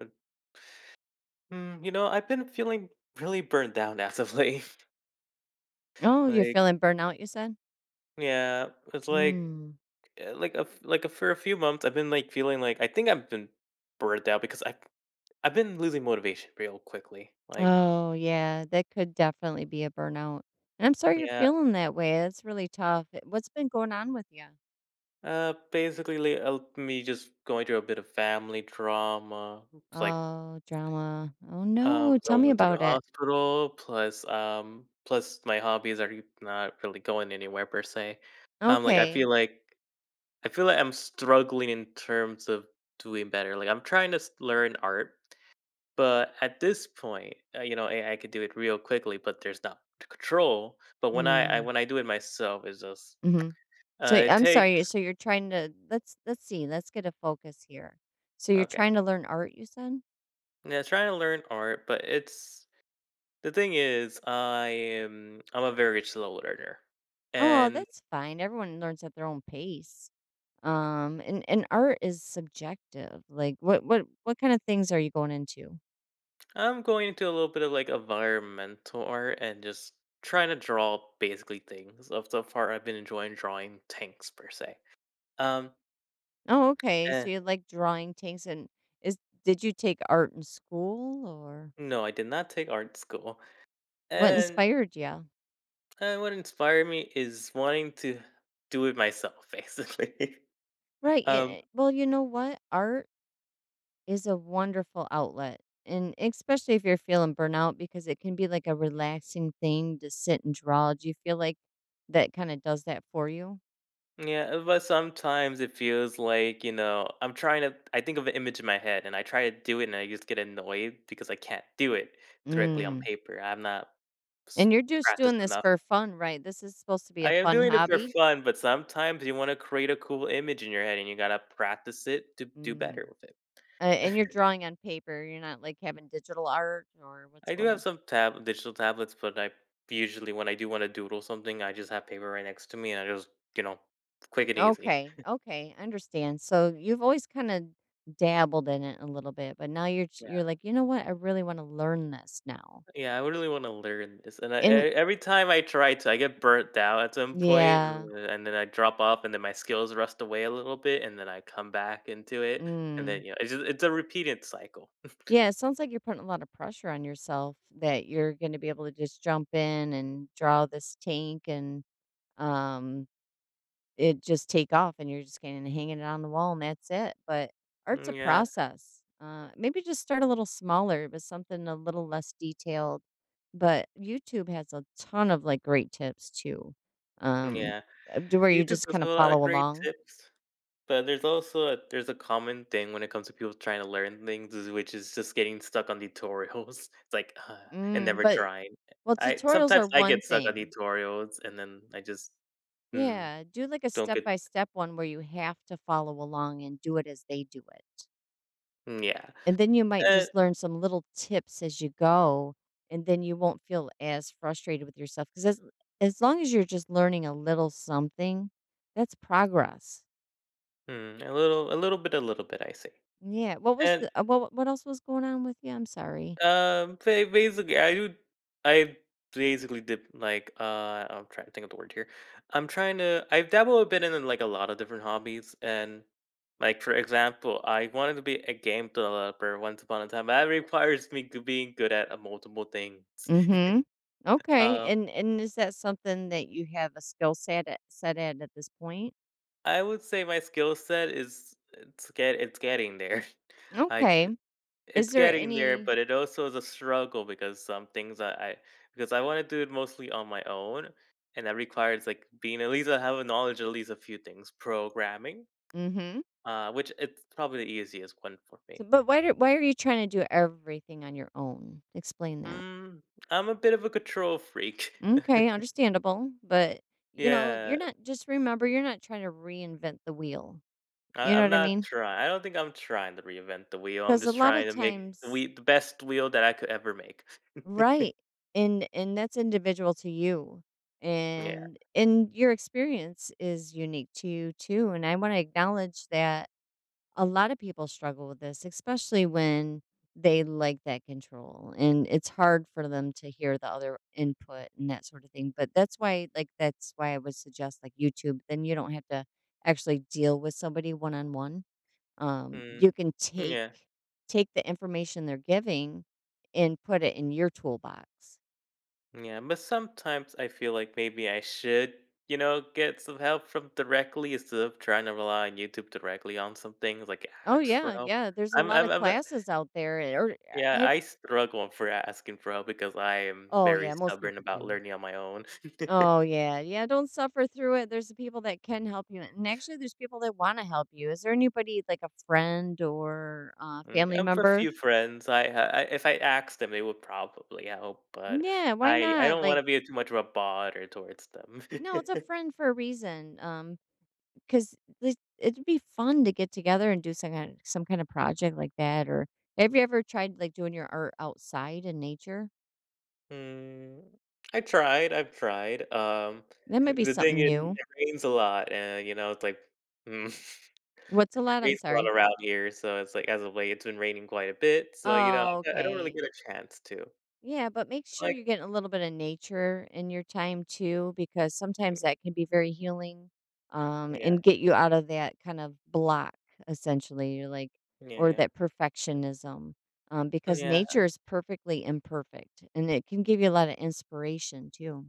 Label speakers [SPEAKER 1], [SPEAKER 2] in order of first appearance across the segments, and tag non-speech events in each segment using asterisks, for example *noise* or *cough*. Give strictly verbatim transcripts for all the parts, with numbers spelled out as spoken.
[SPEAKER 1] Uh, Mm, you know, I've been feeling really burned down as of late. *laughs*
[SPEAKER 2] Oh, you're
[SPEAKER 1] Like,
[SPEAKER 2] feeling burnout, you said?
[SPEAKER 1] yeah, it's like,
[SPEAKER 2] Mm.
[SPEAKER 1] uh, like a f- like a, for a few months, I've been like feeling like I think I've been burned out because I I've been losing motivation real quickly. Like,
[SPEAKER 2] Oh, yeah, that could definitely be a burnout. And I'm sorry you're
[SPEAKER 1] yeah,
[SPEAKER 2] feeling that way. That's really tough. Eh, What's been going on with you?
[SPEAKER 1] uh, basically, like, uh, me just going through a bit of family drama. It's like,
[SPEAKER 2] Oh, drama. Oh,
[SPEAKER 1] um,
[SPEAKER 2] no. Tell
[SPEAKER 1] Someone
[SPEAKER 2] me
[SPEAKER 1] went to the
[SPEAKER 2] about it.
[SPEAKER 1] hospital. Plus, um, plus my hobbies are not really going anywhere per se. Um, like I feel
[SPEAKER 2] Okay.
[SPEAKER 1] like. I feel like I'm struggling in terms of doing better. Like I'm trying to s- learn art, but at this point, uh, you know, A I could do it real quickly, but there's not c- control. But when I, I
[SPEAKER 2] Mm.
[SPEAKER 1] when I do it myself, it's just
[SPEAKER 2] hmm So
[SPEAKER 1] uh,
[SPEAKER 2] y-
[SPEAKER 1] it
[SPEAKER 2] I'm sorry.
[SPEAKER 1] takes
[SPEAKER 2] So you're trying to let's let's see. Let's get a focus here. So you're
[SPEAKER 1] okay.
[SPEAKER 2] trying to learn art, you said?
[SPEAKER 1] Yeah, trying to learn art, but it's the thing is, I am I'm a very slow learner,
[SPEAKER 2] Oh,
[SPEAKER 1] and
[SPEAKER 2] that's fine. Everyone learns at their own pace. Um, and and art is subjective. Like, what what what kind of things are you going into?
[SPEAKER 1] I'm going into a little bit of like environmental art and just trying to draw basically things. Of so far, I've been enjoying drawing tanks per se. Um,
[SPEAKER 2] Oh, okay.
[SPEAKER 1] and
[SPEAKER 2] So you like drawing things, and is did you take art in school, or
[SPEAKER 1] No, I did not take art school.
[SPEAKER 2] what
[SPEAKER 1] And
[SPEAKER 2] inspired you?
[SPEAKER 1] and what inspired me is wanting to do it myself, *laughs* basically.
[SPEAKER 2] Right. yeah,
[SPEAKER 1] um,
[SPEAKER 2] eh, Well, you know what, art is a wonderful outlet, and especially if you're feeling burnout, because it can be like a relaxing thing to sit and draw. Do you feel like that kind of does that for you?
[SPEAKER 1] yeah, uh, but sometimes it feels like you know I'm trying to. I think of an image in my head, and I try to do it, and I just get annoyed because I can't do it directly on
[SPEAKER 2] Mm.
[SPEAKER 1] paper. I'm not s-
[SPEAKER 2] And you're just
[SPEAKER 1] practiced
[SPEAKER 2] doing this
[SPEAKER 1] enough.
[SPEAKER 2] for fun, right? This is supposed to be
[SPEAKER 1] I
[SPEAKER 2] a
[SPEAKER 1] am
[SPEAKER 2] fun
[SPEAKER 1] doing it for
[SPEAKER 2] hobby.
[SPEAKER 1] fun, but sometimes you want to create a cool image in your head, and you gotta practice it to do
[SPEAKER 2] Mm.
[SPEAKER 1] better with it.
[SPEAKER 2] Uh, and you're drawing on paper, you're not, like, having digital art or what's
[SPEAKER 1] I do
[SPEAKER 2] going
[SPEAKER 1] have
[SPEAKER 2] on?
[SPEAKER 1] some tab digital tablets, but I usually when I do want to doodle something, I just have paper right next to me, and I just you know, quick and easy.
[SPEAKER 2] Okay, okay, I understand. So you've always kinda dabbled in it a little bit, but now you're you're
[SPEAKER 1] Yeah.
[SPEAKER 2] like, "You know what? I really wanna learn this now."
[SPEAKER 1] Yeah, I really want to learn this, and I, e-
[SPEAKER 2] And
[SPEAKER 1] every time I try to, I get burnt out at some point,
[SPEAKER 2] yeah,
[SPEAKER 1] uh, and and then I drop off, and then my skills rust away a little bit, and then I come back into it, and then
[SPEAKER 2] mm.
[SPEAKER 1] you know, it's just, it's a repeated cycle.
[SPEAKER 2] Yeah, it sounds like you're putting a lot of pressure on yourself that you're gonna be able to just jump in and draw this tank, and um it just take off and you're just gonna hang it on the wall and that's it. But art's a
[SPEAKER 1] Mm, yeah,
[SPEAKER 2] process. Uh, maybe just start a little smaller, but something a little less detailed. But YouTube has a ton of like great tips too, um,
[SPEAKER 1] yeah.
[SPEAKER 2] uh, to where you
[SPEAKER 1] YouTube
[SPEAKER 2] just
[SPEAKER 1] does
[SPEAKER 2] kind
[SPEAKER 1] have
[SPEAKER 2] of
[SPEAKER 1] a lot of
[SPEAKER 2] follow
[SPEAKER 1] great
[SPEAKER 2] along.
[SPEAKER 1] tips. But there's also a, there's a common thing when it comes to people trying to learn things, is- which is just getting stuck on tutorials. *laughs* It's like uh, And
[SPEAKER 2] Mm,
[SPEAKER 1] never
[SPEAKER 2] but
[SPEAKER 1] trying.
[SPEAKER 2] Well,
[SPEAKER 1] I
[SPEAKER 2] tutorials
[SPEAKER 1] sometimes
[SPEAKER 2] are
[SPEAKER 1] I
[SPEAKER 2] one
[SPEAKER 1] get stuck on
[SPEAKER 2] thing.
[SPEAKER 1] tutorials, and then I just mm,
[SPEAKER 2] Yeah, do like a
[SPEAKER 1] don't
[SPEAKER 2] step
[SPEAKER 1] get
[SPEAKER 2] by step one where you have to follow along and do it as they do it.
[SPEAKER 1] mm, yeah.
[SPEAKER 2] And then you might
[SPEAKER 1] Uh,
[SPEAKER 2] just learn some little tips as you go, and then you won't feel as frustrated with yourself. Because as as long as you're just learning a little something, that's progress.
[SPEAKER 1] mm, a little, a little bit, a little bit, I say.
[SPEAKER 2] Yeah, what was the uh, what what else was going on with you? I'm sorry.
[SPEAKER 1] Um, ba Basically, I do I basically did, like, uh, I'm trying to think of the word here. I'm trying to I've dabbled a bit in, like, a lot of different hobbies, and, like, for example, I wanted to be a game developer once upon a time, but that requires me to being good at, uh, multiple things.
[SPEAKER 2] Mhm. Okay,
[SPEAKER 1] Um,
[SPEAKER 2] and and is that something that you have a skill set at, set at at this point?
[SPEAKER 1] I would say my skill set is it's get it's getting there. *laughs* I
[SPEAKER 2] Okay. Is
[SPEAKER 1] It's
[SPEAKER 2] there
[SPEAKER 1] getting there,
[SPEAKER 2] any?
[SPEAKER 1] but it also is a struggle because some things I, I because I want to do it mostly on my own, and that requires like being at least I have a knowledge of at least a few things, programming,
[SPEAKER 2] Mhm.
[SPEAKER 1] uh, which it's probably the easiest one for
[SPEAKER 2] So,
[SPEAKER 1] me.
[SPEAKER 2] but why do, why are you trying to do everything on your own? Explain that.
[SPEAKER 1] Mm, I'm a bit of a control freak.
[SPEAKER 2] Okay, understandable, but
[SPEAKER 1] *laughs*
[SPEAKER 2] you know,
[SPEAKER 1] Yeah,
[SPEAKER 2] you're not just remember, you're not trying to reinvent the wheel.
[SPEAKER 1] I,
[SPEAKER 2] You know
[SPEAKER 1] I'm
[SPEAKER 2] what I
[SPEAKER 1] not
[SPEAKER 2] mean?
[SPEAKER 1] trying. I don't think I'm trying to reinvent the wheel. I'm
[SPEAKER 2] Cuz a
[SPEAKER 1] just
[SPEAKER 2] lot
[SPEAKER 1] trying
[SPEAKER 2] of
[SPEAKER 1] to make the,
[SPEAKER 2] times
[SPEAKER 1] wheel, the best wheel that I could ever make.
[SPEAKER 2] right,
[SPEAKER 1] *laughs*
[SPEAKER 2] and and that's individual to you,
[SPEAKER 1] Yeah.
[SPEAKER 2] and and your experience is unique to you too, and I want to acknowledge that a lot of people struggle with this, especially when they like that control and it's hard for them to hear the other input and that sort of thing. But that's why, like, that's why I would suggest like YouTube. Then you don't have to actually deal with somebody one on one. Um,
[SPEAKER 1] Mm,
[SPEAKER 2] you can take
[SPEAKER 1] yeah.
[SPEAKER 2] take the information they're giving and put it in your toolbox.
[SPEAKER 1] Yeah, but sometimes I feel like maybe I should, you know, get some help from directly instead of trying to rely on YouTube directly on some things, like
[SPEAKER 2] Oh
[SPEAKER 1] ask for
[SPEAKER 2] yeah,
[SPEAKER 1] help.
[SPEAKER 2] yeah. There's a
[SPEAKER 1] I'm,
[SPEAKER 2] lot
[SPEAKER 1] I'm,
[SPEAKER 2] of
[SPEAKER 1] I'm a-
[SPEAKER 2] classes out there, or
[SPEAKER 1] yeah,
[SPEAKER 2] eh, I,
[SPEAKER 1] I struggle for asking for help because I am
[SPEAKER 2] oh
[SPEAKER 1] very
[SPEAKER 2] yeah, most
[SPEAKER 1] stubborn
[SPEAKER 2] people
[SPEAKER 1] about
[SPEAKER 2] do.
[SPEAKER 1] learning on my own. *laughs*
[SPEAKER 2] Oh, yeah, yeah, don't suffer through it, there's the people that can help you, and actually, there's people that wanna help you. Is there anybody, like a friend or a
[SPEAKER 1] Mm, I
[SPEAKER 2] family
[SPEAKER 1] have a
[SPEAKER 2] member?
[SPEAKER 1] few friends. I, ha- I If I asked them, they would probably help, but
[SPEAKER 2] Yeah, why
[SPEAKER 1] I I
[SPEAKER 2] not?
[SPEAKER 1] don't want to
[SPEAKER 2] Like,
[SPEAKER 1] be too much of a bother towards them.
[SPEAKER 2] no, it's a
[SPEAKER 1] *laughs*
[SPEAKER 2] friend for a reason. Um, because it'd be fun to get together and do some kind some kind of project like that, or have you ever tried, like, doing your art outside in nature?
[SPEAKER 1] Mm, I tried, I've tried, um,
[SPEAKER 2] That might be
[SPEAKER 1] the thing
[SPEAKER 2] something
[SPEAKER 1] is
[SPEAKER 2] new.
[SPEAKER 1] it rains a lot and, you know, it's like, mm, *laughs*
[SPEAKER 2] What's a
[SPEAKER 1] it
[SPEAKER 2] lot? I'm
[SPEAKER 1] rains a lot
[SPEAKER 2] sorry.
[SPEAKER 1] around here, so it's like, as of late, it's been raining quite a bit, so, you know,
[SPEAKER 2] Oh,
[SPEAKER 1] I I don't really
[SPEAKER 2] okay.
[SPEAKER 1] get a chance to.
[SPEAKER 2] Yeah, but make sure
[SPEAKER 1] Like
[SPEAKER 2] you're getting a little bit of nature in your time too, because sometimes that can be very healing, um,
[SPEAKER 1] yeah,
[SPEAKER 2] and get you out of that kind of block, essentially. You're like,
[SPEAKER 1] yeah,
[SPEAKER 2] or
[SPEAKER 1] yeah.
[SPEAKER 2] that perfectionism, um, because nature
[SPEAKER 1] Yeah,
[SPEAKER 2] is perfectly imperfect and it can give you a lot of inspiration too.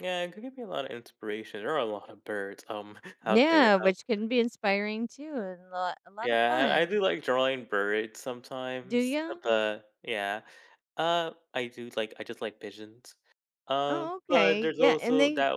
[SPEAKER 1] yeah, it could give me a lot of inspiration. There are a lot of birds, um, *laughs* out there,
[SPEAKER 2] Yeah,
[SPEAKER 1] um
[SPEAKER 2] which can be inspiring too and a lot, a lot of
[SPEAKER 1] yeah, and I
[SPEAKER 2] fun.
[SPEAKER 1] do like drawing birds
[SPEAKER 2] Do
[SPEAKER 1] sometimes, uh,
[SPEAKER 2] you?
[SPEAKER 1] but yeah, uh, I do like I just like pigeons, um,
[SPEAKER 2] Oh,
[SPEAKER 1] but
[SPEAKER 2] okay.
[SPEAKER 1] there's
[SPEAKER 2] Yeah. And
[SPEAKER 1] also
[SPEAKER 2] they,
[SPEAKER 1] that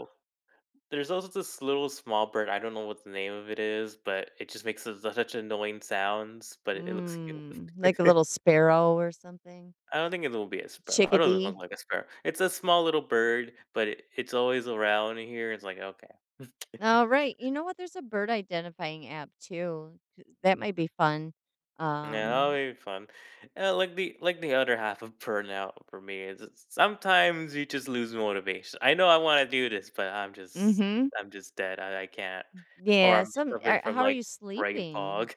[SPEAKER 1] There's also this little small bird, I don't know what the name of it is, but it just makes su such annoying sounds, but it it looks cute.
[SPEAKER 2] mm, like a little
[SPEAKER 1] *laughs*
[SPEAKER 2] sparrow or something,
[SPEAKER 1] I don't think it will be a sparrow. I don't look
[SPEAKER 2] chickadee.
[SPEAKER 1] like a sparrow. It's a small little bird, but it it's always around here, it's like, "Okay." *laughs*
[SPEAKER 2] All right. You know what? There's a bird identifying app too. That might be fun.
[SPEAKER 1] Yeah, that'll
[SPEAKER 2] Um,
[SPEAKER 1] be fun. Uh, like the like the other half of burnout for me is it's sometimes you just lose motivation. I know I wanna do this, but I'm just
[SPEAKER 2] mhm.
[SPEAKER 1] I'm just dead. I I can't. Or
[SPEAKER 2] Yeah,
[SPEAKER 1] I'm
[SPEAKER 2] some
[SPEAKER 1] suffering
[SPEAKER 2] are,
[SPEAKER 1] from,
[SPEAKER 2] how are you
[SPEAKER 1] like, brain
[SPEAKER 2] sleeping?
[SPEAKER 1] fog.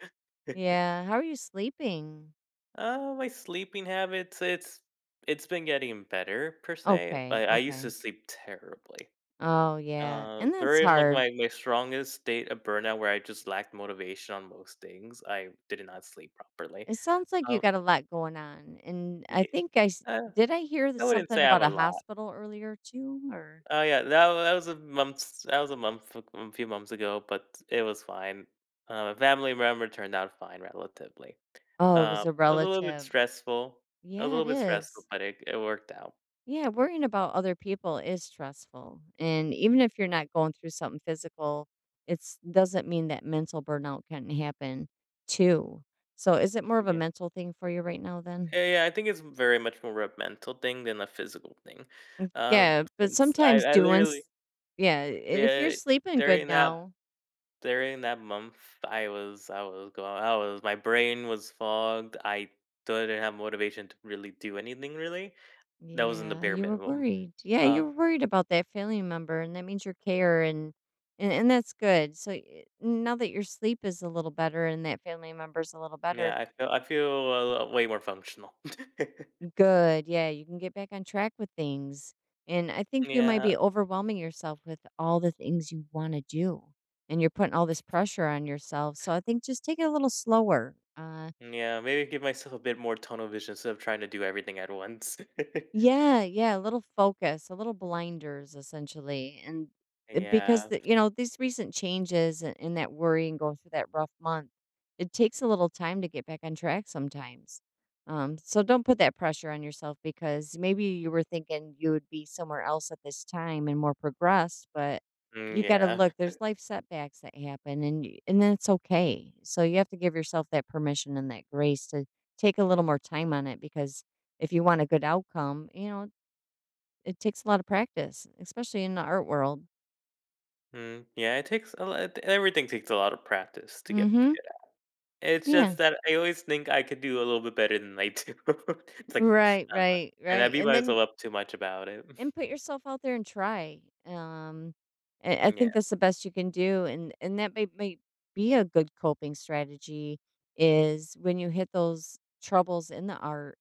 [SPEAKER 1] *laughs*
[SPEAKER 2] Yeah, how are you sleeping?
[SPEAKER 1] Uh, my sleeping habits, it's it's been getting better per se.
[SPEAKER 2] Okay,
[SPEAKER 1] I, I used to
[SPEAKER 2] okay.
[SPEAKER 1] sleep terribly.
[SPEAKER 2] Oh, yeah.
[SPEAKER 1] Uh,
[SPEAKER 2] And that's
[SPEAKER 1] during like
[SPEAKER 2] hard.
[SPEAKER 1] my, my strongest state of burnout where I just lacked motivation on most things, I did not sleep properly.
[SPEAKER 2] It sounds like you
[SPEAKER 1] Um,
[SPEAKER 2] got a lot going on. And I
[SPEAKER 1] yeah,
[SPEAKER 2] think I s-
[SPEAKER 1] uh,
[SPEAKER 2] did I hear th-
[SPEAKER 1] I wouldn't
[SPEAKER 2] something
[SPEAKER 1] say I have
[SPEAKER 2] about
[SPEAKER 1] a
[SPEAKER 2] a
[SPEAKER 1] lot.
[SPEAKER 2] hospital earlier too, or?
[SPEAKER 1] Oh yeah, that, wa- that was a month. That was a month, a a few months ago, but it was fine. Uh, my family member turned out fine relatively.
[SPEAKER 2] Oh, it was
[SPEAKER 1] Um,
[SPEAKER 2] a
[SPEAKER 1] it was a little bit
[SPEAKER 2] relative.
[SPEAKER 1] stressful. It was a
[SPEAKER 2] Yeah,
[SPEAKER 1] little
[SPEAKER 2] it
[SPEAKER 1] bit stressful,
[SPEAKER 2] is.
[SPEAKER 1] but it, it worked out.
[SPEAKER 2] Yeah, worrying about other people is stressful. And even if you're not going through something physical, it's doesn't mean that mental burnout can not happen too. So is it more of a
[SPEAKER 1] Yeah.
[SPEAKER 2] mental thing for you right now then?
[SPEAKER 1] Eh, yeah, I think it's very much more a mental thing than a physical thing.
[SPEAKER 2] Mm.
[SPEAKER 1] Um,
[SPEAKER 2] Yeah, but
[SPEAKER 1] since I,
[SPEAKER 2] sometimes
[SPEAKER 1] I
[SPEAKER 2] doing
[SPEAKER 1] literally,
[SPEAKER 2] s- yeah, if you're
[SPEAKER 1] yeah,
[SPEAKER 2] sleeping good
[SPEAKER 1] during that
[SPEAKER 2] now,
[SPEAKER 1] during that month, I was I was going, I was my brain was fogged. I didn't have motivation to really do anything. Really, that was in the
[SPEAKER 2] yeah,
[SPEAKER 1] bare
[SPEAKER 2] you were
[SPEAKER 1] minimum.
[SPEAKER 2] worried. Yeah,
[SPEAKER 1] Uh,
[SPEAKER 2] you were worried about that family member and that means your care, and and, and that's good. So y- now that your sleep is a little better and that family member's a little
[SPEAKER 1] yeah,
[SPEAKER 2] better,
[SPEAKER 1] I feel I feel a lot- way more functional. *laughs*
[SPEAKER 2] good. Yeah, you can get back on track with things. And I think you might
[SPEAKER 1] Yeah,
[SPEAKER 2] be overwhelming yourself with all the things you want to do. And you're putting all this pressure on yourself. So I think just take it a little slower. Uh,
[SPEAKER 1] yeah, maybe give myself a bit more tunnel vision instead of trying to do everything at once. *laughs*
[SPEAKER 2] yeah, yeah, a little focus, a little blinders, essentially. And because
[SPEAKER 1] Yeah,
[SPEAKER 2] the, you know, these recent changes and and that worry and going through that rough month, it takes a little time to get back on track sometimes. Um, so don't put that pressure on yourself because maybe you were thinking you would be somewhere else at this time and more progressed, but
[SPEAKER 1] mm,
[SPEAKER 2] you got to
[SPEAKER 1] yeah.
[SPEAKER 2] look. There's life setbacks that happen, and y- and that's okay. So you have to give yourself that permission and that grace to take a little more time on it, because if you want a good outcome, you know, it takes a lot of practice, especially in the art world.
[SPEAKER 1] Mm, yeah, it takes a lot. Everything takes a lot of practice to get
[SPEAKER 2] Mm-hmm.
[SPEAKER 1] *laughs* it's
[SPEAKER 2] Yeah.
[SPEAKER 1] just that I always think I could do a little bit better than I do. *laughs* It's like,
[SPEAKER 2] Right,
[SPEAKER 1] uh,
[SPEAKER 2] right,
[SPEAKER 1] and I
[SPEAKER 2] right.
[SPEAKER 1] beat
[SPEAKER 2] And
[SPEAKER 1] myself
[SPEAKER 2] then
[SPEAKER 1] up too much about it. *laughs*
[SPEAKER 2] and put yourself out there and try. Um, I, I
[SPEAKER 1] Yeah.
[SPEAKER 2] think that's the best you can do, and and that may, may be a good coping strategy is when you hit those troubles in the art,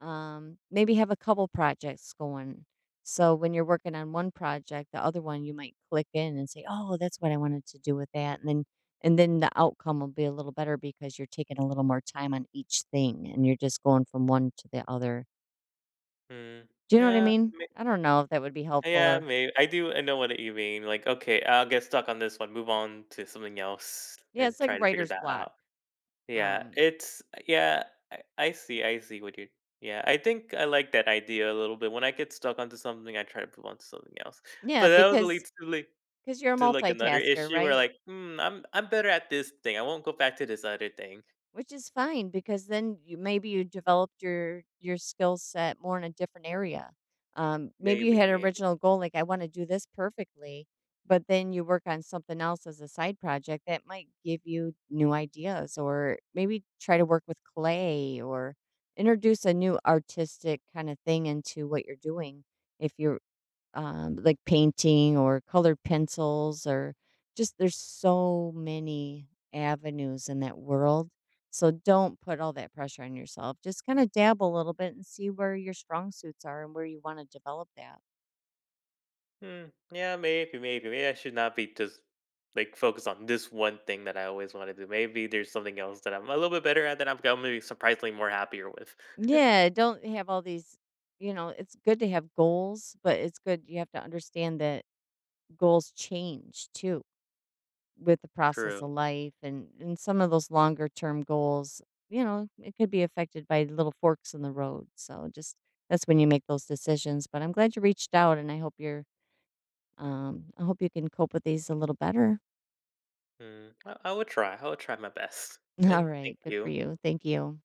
[SPEAKER 2] um, maybe have a couple projects going. So when you're working on one project, the other one you might click in and say, "Oh, that's what I wanted to do with that." And then and then the outcome will be a little better because you're taking a little more time on each thing and you're just going from one to the other.
[SPEAKER 1] Mm.
[SPEAKER 2] Do you know what I
[SPEAKER 1] Yeah,
[SPEAKER 2] mean?
[SPEAKER 1] may
[SPEAKER 2] I don't know if that would be helpful
[SPEAKER 1] yeah,
[SPEAKER 2] or.
[SPEAKER 1] maybe I do I know what you mean, like, "Okay, I'll get stuck on this one, move on to something else
[SPEAKER 2] Yeah,
[SPEAKER 1] and
[SPEAKER 2] it's like
[SPEAKER 1] try to figure
[SPEAKER 2] writer's
[SPEAKER 1] that
[SPEAKER 2] block.
[SPEAKER 1] out." Yeah,
[SPEAKER 2] Um,
[SPEAKER 1] it's yeah, I I see, I see what you're yeah, I think I like that idea a little bit. When I get stuck onto something, I try to move on to something else,
[SPEAKER 2] yeah,
[SPEAKER 1] but that was a little
[SPEAKER 2] because
[SPEAKER 1] too late.
[SPEAKER 2] 'cause you're a
[SPEAKER 1] To, like, another
[SPEAKER 2] multitasker,
[SPEAKER 1] issue where,
[SPEAKER 2] right?
[SPEAKER 1] like, "Hmm, I'm I'm better at this thing. I won't go back to this other thing.
[SPEAKER 2] Which is fine because then you maybe you developed your your skill set more in a different area. Um, maybe you
[SPEAKER 1] Maybe,
[SPEAKER 2] had an
[SPEAKER 1] maybe.
[SPEAKER 2] original goal like, "I wanna do this perfectly," but then you work on something else as a side project that might give you new ideas, or maybe try to work with clay or introduce a new artistic kinda thing into what you're doing, if you're, um, like painting or colored pencils or just there's so many avenues in that world. So don't put all that pressure on yourself. Just kind of dab a little bit and see where your strong suits are and where you want to develop that.
[SPEAKER 1] Hmm, yeah, maybe, maybe. Maybe I should not be just, like, focused on this one thing that I always wanna do. Maybe there's something else that I'm a little bit better at that I'm gonna be surprisingly more happier with." *laughs*
[SPEAKER 2] Yeah, don't have all these, you know, it's good to have goals, but it's good you have to understand that goals change too with the process
[SPEAKER 1] True.
[SPEAKER 2] of life, and and some of those longer term goals, you know, it could be affected by little forks in the road. So just that's when you make those decisions. But I'm glad you reached out, and I hope you're, um, I hope you can cope with these a little better.
[SPEAKER 1] Hmm. I I will try. I will try my best,
[SPEAKER 2] *laughs* All
[SPEAKER 1] and thank
[SPEAKER 2] right, good for
[SPEAKER 1] you.
[SPEAKER 2] you, thank you.